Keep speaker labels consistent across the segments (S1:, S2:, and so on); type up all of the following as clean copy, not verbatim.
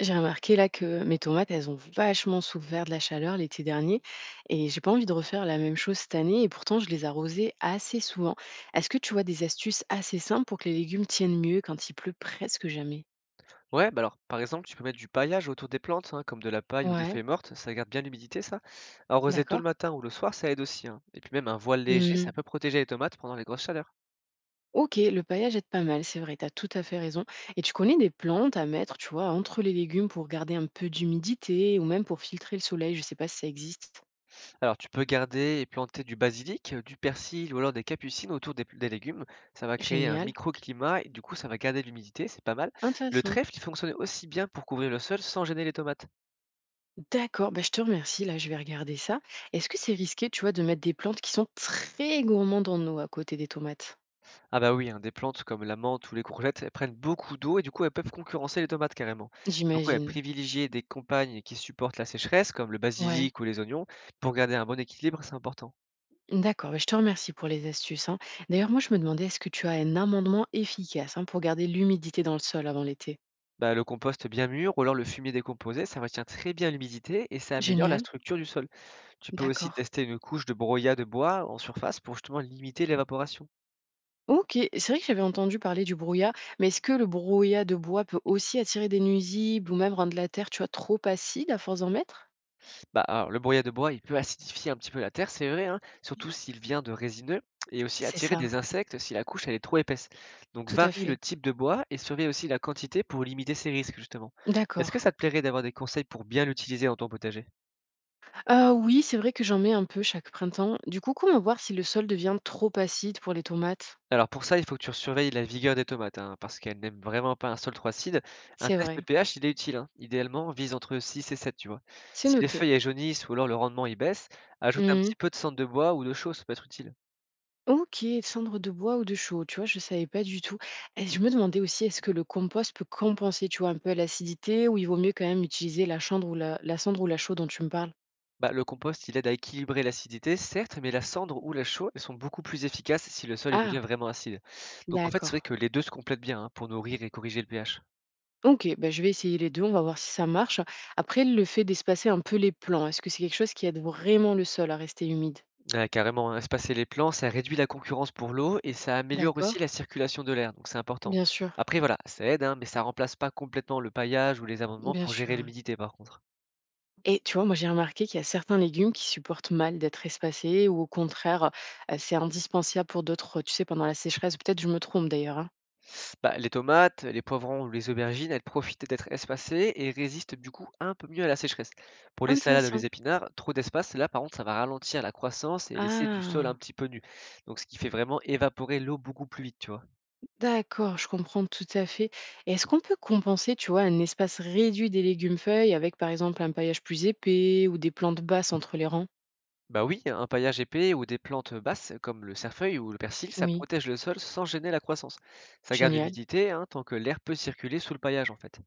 S1: J'ai remarqué là que mes tomates, elles ont vachement souffert de la chaleur l'été dernier et j'ai pas envie de refaire la même chose cette année et pourtant je les arrosais assez souvent. Est-ce que tu vois des astuces assez simples pour que les légumes tiennent mieux quand il pleut presque jamais?
S2: Ouais, bah alors, par exemple, tu peux mettre du paillage autour des plantes, hein, comme de la paille ou des
S1: Ouais,
S2: feuilles mortes, ça garde bien l'humidité, ça. Arroser tôt le
S1: d'accord.
S2: matin ou le soir, ça aide aussi, hein. Et puis même un voile léger, ça
S1: Hmm.
S2: peut protéger les tomates pendant les grosses chaleurs.
S1: Ok, le paillage est pas mal, c'est vrai, t'as tout à fait raison. Et tu connais des plantes à mettre, tu vois, entre les légumes pour garder un peu d'humidité ou même pour filtrer le soleil, je sais pas si ça existe.
S2: Alors, tu peux garder et planter du basilic, du persil ou alors des capucines autour des légumes. Ça va créer un
S1: Génial,
S2: microclimat et du coup, ça va garder l'humidité, c'est pas mal. Le
S1: intéressant.
S2: trèfle, il fonctionne aussi bien pour couvrir le sol sans gêner les tomates.
S1: D'accord, bah, je te remercie, là je vais regarder ça. Est-ce que c'est risqué, tu vois, de mettre des plantes qui sont très gourmandes en eau à côté des tomates?
S2: Ah bah oui, hein, des plantes comme la menthe ou les courgettes, elles prennent beaucoup d'eau et du coup, elles peuvent concurrencer les tomates carrément. Donc ouais,
S1: J'imagine.
S2: privilégier des campagnes qui supportent la sécheresse, comme le
S1: Ouais.
S2: basilic ou les oignons, pour garder un bon équilibre, c'est important.
S1: D'accord, bah, je te remercie pour les astuces, hein. D'ailleurs, moi je me demandais, est-ce que tu as un amendement efficace, hein, pour garder l'humidité dans le sol avant l'été?
S2: Bah, le compost bien mûr ou alors le fumier décomposé, ça retient très bien l'humidité et ça améliore la
S1: Génial.
S2: structure du sol. Tu peux aussi
S1: D'accord.
S2: tester une couche de broyat de bois en surface pour justement limiter l'évaporation.
S1: Ok, c'est vrai que j'avais entendu parler du brouillard, mais est-ce que le brouillard de bois peut aussi attirer des nuisibles ou même rendre la terre, tu vois, trop acide à force d'en mettre?
S2: Bah, alors, le broyat de bois, il peut acidifier un petit peu la terre, c'est vrai, hein, surtout s'il vient de résineux, et aussi
S1: C'est
S2: attirer
S1: ça,
S2: des insectes si la couche elle est trop épaisse. Donc
S1: tout à
S2: varie le
S1: fait.
S2: type de bois et surveille aussi la quantité pour limiter ces risques, justement. Est-ce
S1: D'accord.
S2: que ça te plairait d'avoir des conseils pour bien l'utiliser dans ton potager?
S1: Oui, c'est vrai que j'en mets un peu chaque printemps. Du coup, comment voir si le sol devient trop acide pour les tomates?
S2: Alors pour ça, il faut que tu surveilles la vigueur des tomates, hein, parce qu'elles n'aiment vraiment pas un sol trop acide. Un
S1: C'est
S2: test de
S1: vrai,
S2: pH, il est utile, hein. Idéalement, vise entre 6 et 7, tu vois.
S1: c'est
S2: Si les
S1: noté.
S2: feuilles elles jaunissent ou alors le rendement il baisse, ajoute un
S1: Mmh.
S2: petit peu de cendre de bois ou de chaux, ça peut être utile.
S1: OK, cendre de bois ou de chaux, tu vois, je savais pas du tout. Et je me demandais aussi, est-ce que le compost peut compenser, tu vois, un peu l'acidité ou il vaut mieux quand même utiliser la cendre ou la cendre ou la chaux dont tu me parles?
S2: Bah, le compost, il aide à équilibrer l'acidité, certes, mais la cendre ou la chaux, elles sont beaucoup plus efficaces si le sol il devient
S1: Ah,
S2: vraiment acide. Donc en fait, c'est
S1: d'accord.
S2: vrai que les deux se complètent bien, hein, pour nourrir et corriger le pH.
S1: OK, bah, je vais essayer les 2. On va voir si ça marche. Après, le fait d'espacer un peu les plants, est-ce que c'est quelque chose qui aide vraiment le sol à rester humide?
S2: Ah, carrément, hein, espacer les plants, ça réduit la concurrence pour l'eau et ça améliore aussi
S1: D'accord.
S2: la circulation de l'air, donc c'est important.
S1: Bien sûr,
S2: Après, voilà, ça aide, hein, mais ça remplace pas complètement le paillage ou les amendements
S1: bien
S2: pour gérer
S1: sûr.
S2: l'humidité, par contre.
S1: Et tu vois, moi j'ai remarqué qu'il y a certains légumes qui supportent mal d'être espacés ou au contraire, c'est indispensable pour d'autres, tu sais, pendant la sécheresse. Peut-être je me trompe d'ailleurs, hein.
S2: Bah, les tomates, les poivrons ou les aubergines, elles profitent d'être espacées et résistent du coup un peu mieux à la sécheresse. Pour les salades ou
S1: Intéressant.
S2: les épinards, trop d'espace, là par contre, ça va ralentir la croissance et laisser du sol un
S1: Ah,
S2: petit peu nu. Donc ce qui fait vraiment évaporer l'eau beaucoup plus vite, tu vois.
S1: d'accord, je comprends tout à fait. Et est-ce qu'on peut compenser, tu vois, un espace réduit des légumes feuilles avec par exemple un paillage plus épais ou des plantes basses entre les rangs?
S2: Bah oui, un paillage épais ou des plantes basses comme le cerfeuil ou le persil, ça
S1: Oui,
S2: protège le sol sans gêner la croissance. Ça garde
S1: génial.
S2: l'humidité, hein, tant que l'air peut circuler sous le paillage en fait.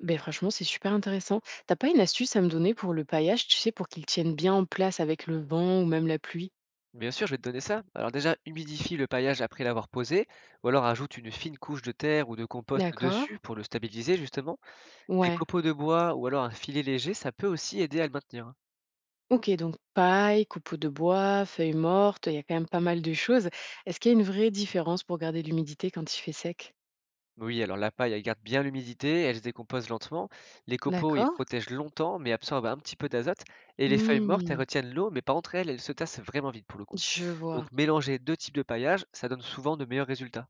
S1: Ben franchement, c'est super intéressant. T'as pas une astuce à me donner pour le paillage, tu sais, pour qu'il tienne bien en place avec le vent ou même la pluie?
S2: Bien sûr, je vais te donner ça. Alors déjà, humidifie le paillage après l'avoir posé, ou alors ajoute une fine couche de terre ou de compost
S1: D'accord.
S2: dessus pour le stabiliser justement. Des
S1: Ouais.
S2: copeaux de bois ou alors un filet léger, ça peut aussi aider à le maintenir, hein.
S1: OK, donc paille, copeaux de bois, feuilles mortes, il y a quand même pas mal de choses. Est-ce qu'il y a une vraie différence pour garder l'humidité quand il fait sec?
S2: Oui, alors la paille, elle garde bien l'humidité, elle se décompose lentement. Les copeaux, ils
S1: D'accord.
S2: protègent longtemps, mais absorbent un petit peu d'azote. Et les feuilles mortes, elles
S1: Mmh,
S2: retiennent l'eau, mais pas entre elles, elles se tassent vraiment vite pour le coup.
S1: je vois.
S2: Donc mélanger deux types de paillage, ça donne souvent de meilleurs résultats.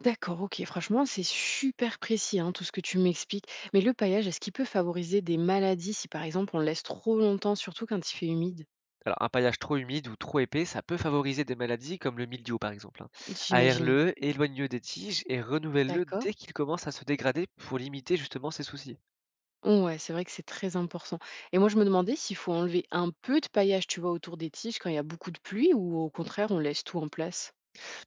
S1: D'accord, OK. Franchement, c'est super précis, hein, tout ce que tu m'expliques. Mais le paillage, est-ce qu'il peut favoriser des maladies si, par exemple, on le laisse trop longtemps, surtout quand il fait humide?
S2: Alors, un paillage trop humide ou trop épais, ça peut favoriser des maladies comme le mildiou, par exemple, hein.
S1: J'imagine.
S2: Aère-le, éloigne-le des tiges et renouvelle-le
S1: D'accord.
S2: dès qu'il commence à se dégrader pour limiter justement ces soucis.
S1: Ouais, c'est vrai que c'est très important. Et moi, je me demandais s'il faut enlever un peu de paillage, tu vois, autour des tiges quand il y a beaucoup de pluie ou au contraire, on laisse tout en place.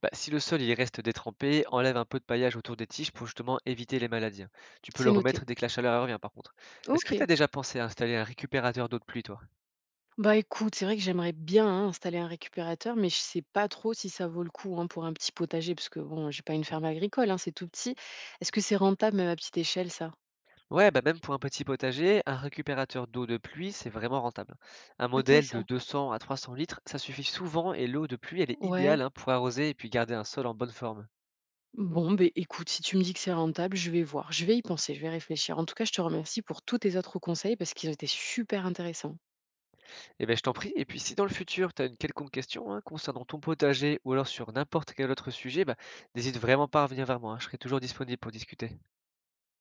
S2: Bah, si le sol il reste détrempé, enlève un peu de paillage autour des tiges pour justement éviter les maladies, hein. Tu peux le
S1: C'est
S2: remettre
S1: noté.
S2: dès que la chaleur revient, par contre. Est-ce que tu
S1: OK.
S2: as déjà pensé à installer un récupérateur d'eau de pluie, toi?
S1: Bah, écoute, c'est vrai que j'aimerais bien, hein, installer un récupérateur, mais je sais pas trop si ça vaut le coup, hein, pour un petit potager parce que bon, j'ai pas une ferme agricole, hein, c'est tout petit. Est-ce que c'est rentable même à petite échelle ça?
S2: Ouais, bah, même pour un petit potager, un récupérateur d'eau de pluie, c'est vraiment rentable. Un modèle de
S1: Intéressant.
S2: 200 à 300 litres, ça suffit souvent et l'eau de pluie, elle est idéale,
S1: Ouais.
S2: hein, pour arroser et puis garder un sol en bonne forme.
S1: Bon, beh, écoute, si tu me dis que c'est rentable, je vais voir, je vais y penser, je vais réfléchir. En tout cas, je te remercie pour tous tes autres conseils parce qu'ils ont été super intéressants.
S2: Et ben je t'en prie. Et puis si dans le futur, tu as une quelconque question, hein, concernant ton potager ou alors sur n'importe quel autre sujet, bah, n'hésite vraiment pas à revenir vers moi, hein, je serai toujours disponible pour discuter.